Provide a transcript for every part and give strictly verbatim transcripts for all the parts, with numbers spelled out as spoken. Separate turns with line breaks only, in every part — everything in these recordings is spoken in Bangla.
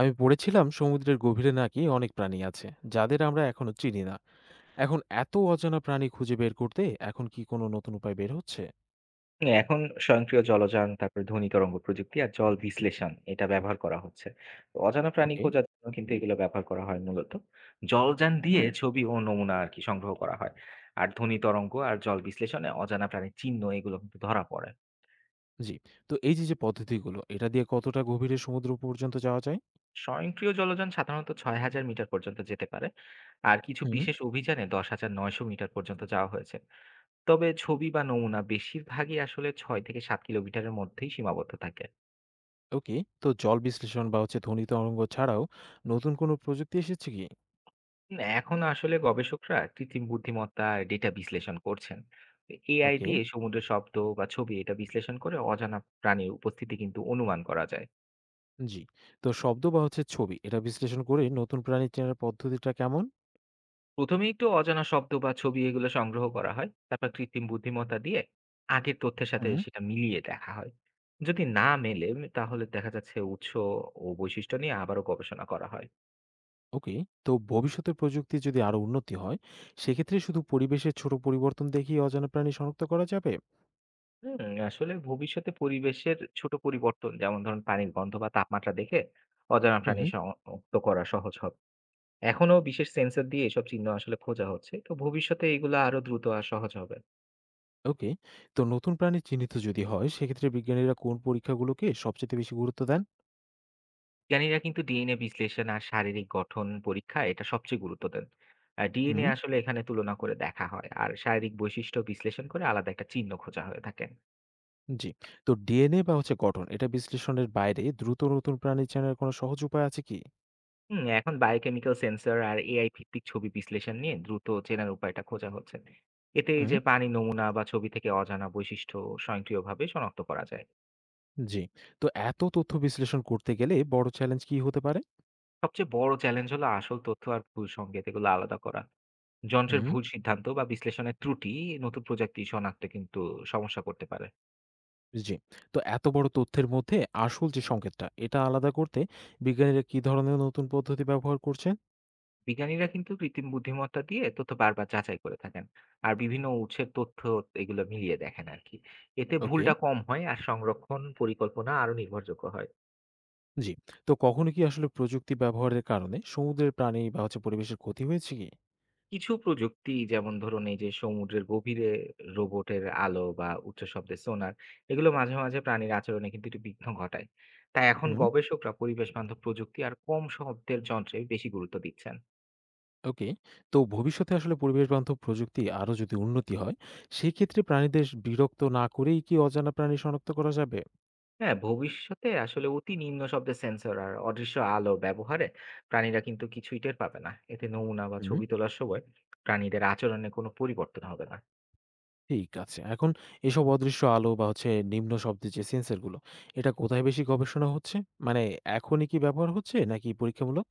আমি পড়েছিলাম সমুদ্রের গভীরে নাকি অনেক প্রাণী আছে যাদের আমরা এখনো চিনি না। এখন এত অজানা প্রাণী খুঁজে বের করতে এখন কি কোনো নতুন উপায় বের হচ্ছে?
না, এখন স্বয়ংক্রিয় জলযান, তারপরে ধ্বনি তরঙ্গ প্রযুক্তি আর জল বিশ্লেষণ এটা ব্যবহার করা হচ্ছে। তো অজানা প্রাণী
ওকে।
খোঁজার জন্য কিন্তু এগুলো ব্যবহার করা হয় মূলত। জলযান দিয়ে ছবি ও নমুনা আর কি সংগ্রহ করা হয়। আর ধ্বনি তরঙ্গ আর জল বিশ্লেষণে অজানা প্রাণীর চিহ্ন এগুলো কিন্তু ধরা পড়ে।
জি। তো এই যে যে পদ্ধতিগুলো এটা দিয়ে কতটা গভীরে সমুদ্র পর্যন্ত যাওয়া যায়?
স্বয়ংক্রিয় জলযান সাধারণত ছয় হাজার মিটার পর্যন্ত যেতে পারে। আর কিছু
হুম।
বিশেষ অভিযানে দশ হাজার নয়শো মিটার পর্যন্ত যাওয়া হয়েছে। তবে ছবি বা নমুনা বেশিরভাগই আসলে ছয় থেকে সাত কিলোমিটারের মধ্যেই সীমাবদ্ধ থাকে।
ওকে। তো জল বিশ্লেষণ বা হচ্ছে ধ্বনি তরঙ্গ ছাড়াও নতুন কোনো প্রযুক্তি এসেছে কি?
না, এখন আসলে গবেষকরা কৃত্রিম বুদ্ধিমত্তা আর ডেটা বিশ্লেষণ করছেন। A I
okay.
দিয়ে সমুদ্রের শব্দ বা ছবি এটা বিশ্লেষণ করে অজানা প্রাণীর উপস্থিতি কিন্তু অনুমান করা যায়।
জি। তো শব্দ বা হচ্ছে ছবি এটা বিশ্লেষণ করে নতুন প্রাণী চেনার পদ্ধতিটা কেমন?
প্রথমে একটু অজানা শব্দ বা ছবি এগুলো সংগ্রহ করা হয়, তারপর কৃত্রিম বুদ্ধিমত্তা দিয়ে আগের তথ্যের সাথে সেটা মিলিয়ে দেখা হয়। যদি না মেলে, তাহলে দেখা যাচ্ছে উৎস ও বৈশিষ্ট্য নিয়ে আবারও গবেষণা করা হয়।
ওকে। তো ভবিষ্যতের প্রযুক্তির যদি আরো উন্নতি হয়, সেক্ষেত্রে শুধু পরিবেশের ছোট পরিবর্তন দেখেই অজানা প্রাণী শনাক্ত করা যাবে?
হুম, আসলে ভবিষ্যতে পরিবেশের ছোট পরিবর্তন যেমন ধরুন পানির গন্ধ বা তাপমাত্রা দেখে অজানা
হুম।
প্রাণী শনাক্ত করা সহজ হবে। এখনো বিশেষ সেন্সর দিয়ে এসব চিহ্ন আসলে খোঁজা হচ্ছে। তো ভবিষ্যতে এগুলো আরো দ্রুত আর সহজ হবে।
ওকে। তো নতুন প্রাণী চিহ্নিত যদি হয়, সেক্ষেত্রে বিজ্ঞানীরা কোন পরীক্ষাগুলোকে সবচেয়ে বেশি গুরুত্ব দেন?
বিজ্ঞানীরা কিন্তু ডি এন এ বিশ্লেষণ আর শারীরিক গঠন পরীক্ষা এটা সবচেয়ে গুরুত্ব দেন। ডি এন এ
হুম।
আসলে এখানে তুলনা করে দেখা হয় আর শারীরিক বৈশিষ্ট্য বিশ্লেষণ করে আলাদা একটা চিহ্ন খোঁজা হয়ে থাকে।
জি। তো ডিএনএ বা হচ্ছে গঠন, এটা বিশ্লেষণের বাইরে দ্রুত নতুন প্রাণী চেনার কোনো সহজ উপায় আছে কি?
হুম, এখন বায়োকেমিক্যাল সেন্সর আর এ আই ভিত্তিক ছবি বিশ্লেষণ নিয়ে দ্রুত চেনার উপায়টা খোঁজা হচ্ছে। এতে এই
হুম।
যে পানি নমুনা বা ছবি থেকে অজানা বৈশিষ্ট্য স্বয়ংক্রিয়ভাবে শনাক্ত করা যায়।
জি। তো এত তথ্য বিশ্লেষণ করতে গেলে বড় চ্যালেঞ্জ কি হতে পারে?
সবচেয়ে বড় চ্যালেঞ্জ হলো আসল তথ্য আর ভুল সংকেত এগুলো আলাদা করা। যন্ত্রের
হুম।
ভুল সিদ্ধান্ত বা বিশ্লেষণের ত্রুটি নতুন প্রযুক্তি শনাক্তে কিন্তু সমস্যা করতে পারে।
জি। তো এত বড় তথ্যের মধ্যে আসল যে সংকেতটা, এটা আলাদা করতে বিজ্ঞানীরা কি ধরনের নতুন পদ্ধতি ব্যবহার করছেন?
বিজ্ঞানীরা কিন্তু কৃত্রিম বুদ্ধিমত্তা দিয়ে তথ্য বারবার যাচাই করে থাকেন আর বিভিন্ন উৎসের তথ্য এগুলো মিলিয়ে দেখেন আর কি। এতে
ওকে,
ভুলটা কম হয় আর সংরক্ষণ পরিকল্পনা আরো নির্ভরযোগ্য হয়।
জি। তো কখনো কি আসলে প্রযুক্তি ব্যবহারের কারণে সমুদ্রের প্রাণী বা হচ্ছে পরিবেশের ক্ষতি হয়েছে কি?
কিছু প্রযুক্তি যেমন ধরুন এই যে সমুদ্রের গভীরে রোবটের আলো বা উচ্চ শব্দের সোনার, এগুলো মাঝে মাঝে প্রাণীর আচরণে কিন্তু একটু বিঘ্ন ঘটায়। তাই এখন
হুম,
গবেষকরা পরিবেশ বান্ধব প্রযুক্তি আর কম শব্দের যন্ত্রে বেশি গুরুত্ব দিচ্ছেন।
ওকে। তো ভবিষ্যতে আসলে পরিবেশবান্ধব প্রযুক্তি আরো যদি উন্নতি হয়, সেক্ষেত্রে প্রাণীদের বিরক্ত না করেই কি অজানা প্রাণী শনাক্ত করা যাবে?
হ্যাঁ, ভবিষ্যতে আসলে অতি নিম্ন শব্দের সেন্সর আর অদৃশ্য আলোর ব্যবহারে প্রাণীরা কিন্তু কিছুই টের পাবে না। এতে নমুনা বা
হুম।
ছবি তোলার সময় প্রাণীদের আচরণে কোনো পরিবর্তন হবে না।
ঠিক আছে। এখন এসব অদৃশ্য আলো বা হচ্ছে নিম্ন শব্দের যে সেন্সর গুলো, এটা কোথায় বেশি গবেষণা হচ্ছে? মানে এখনই কি ব্যবহার হচ্ছে নাকি পরীক্ষামূলক?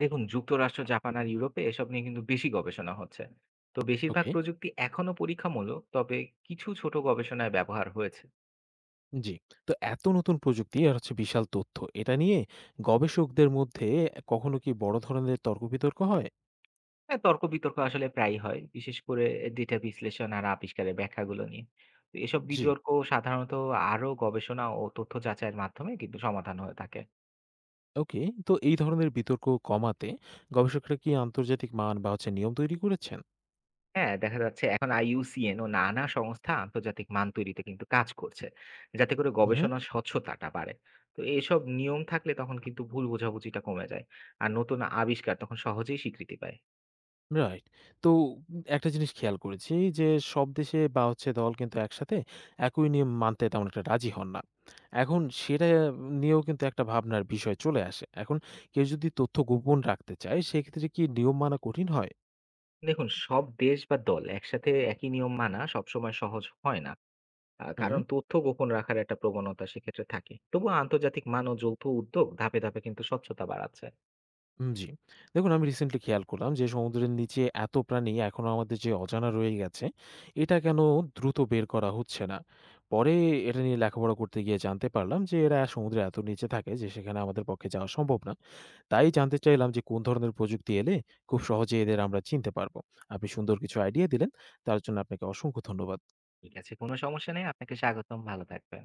দেখুন, যুক্তরাষ্ট্র, জাপান আর ইউরোপে এসব নিয়ে কিন্তু বেশি গবেষণা হচ্ছে। তো বেশিরভাগ
ওকে।
প্রযুক্তি এখনো পরীক্ষামূলক, তবে কিছু ছোট গবেষণায় ব্যবহার হয়েছে।
জি। তো এত নতুন প্রযুক্তি আর হচ্ছে বিশাল তথ্য, এটা নিয়ে গবেষকদের মধ্যে কখনো কি বড় ধরনের তর্ক-বিতর্ক হয়?
হ্যাঁ, তর্ক-বিতর্ক আসলে প্রায়ই হয়, বিশেষ করে ডেটা বিশ্লেষণ আর আবিষ্কারের ব্যাখ্যাগুলো নিয়ে। তো এসব
জি।
বিতর্ক সাধারণত আরও গবেষণা ও তথ্য যাচাইয়ের মাধ্যমে কিন্তু সমাধান হয়ে থাকে।
ওকে। তো এই ধরনের বিতর্ক কমাতে গবেষকরা কি আন্তর্জাতিক মান বা হচ্ছে নিয়ম তৈরি করেছেন?
হ্যাঁ, দেখা যাচ্ছে এখন আই ইউ সি এন ও নানা সংস্থা আন্তর্জাতিক মান তৈরিতে কিন্তু কাজ করছে। যাতে করে
হুম।
গবেষণার স্বচ্ছতাটা বাড়ে। তো এসব নিয়ম থাকলে তখন কিন্তু ভুল বোঝাবুঝিটা কমে যায়। আর নতুন আবিষ্কার তখন সহজেই স্বীকৃতি পায়।
রাইট। তো উম একটা জিনিস খেয়াল করেছি যে, সব দেশে বা হচ্ছে দল কিন্তু একসাথে একই নিয়ম মানতে তেমন একটা রাজি হন না। এখন সেটা নিয়েও কিন্তু একটা ভাবনার বিষয় চলে আসে। এখন কেউ যদি তথ্য গোপন রাখতে চায়, সেক্ষেত্রে কি নিয়ম মানা কঠিন হয়?
দেখুন, সব দেশ বা দল একসাথে একই নিয়ম মানা সবসময় সহজ হয় না। আ
হুম।
কারণ তথ্য গোপন রাখার একটা প্রবণতা সেক্ষেত্রে থাকে। তবুও আন্তর্জাতিক মান ও যৌথ উদ্যোগ ধাপে, ধাপে কিন্তু স্বচ্ছতা বাড়াচ্ছে।
উম জি। দেখুন আমি রিসেন্টলি খেয়াল করলাম যে, সমুদ্রের নিচে এত প্রাণী এখনো আমাদের যে অজানা রয়ে গেছে, এটা কেন দ্রুত বের করা হচ্ছে না? পরে এটা নিয়ে লেখাপড়া করতে গিয়ে জানতে পারলাম যে, এরা সমুদ্রের এত নিচে থাকে যে, সেখানে আমাদের পক্ষে যাওয়া সম্ভব না। তাই জানতে চাইলাম যে কোন ধরনের প্রযুক্তি এলে খুব সহজে এদের আমরা চিনতে পারবো। আপনি সুন্দর কিছু আইডিয়া দিলেন। তার জন্য আপনাকে অসংখ্য ধন্যবাদ।
ঠিক আছে, কোনো সমস্যা নেই। আপনাকে স্বাগতম। ভালো থাকবেন।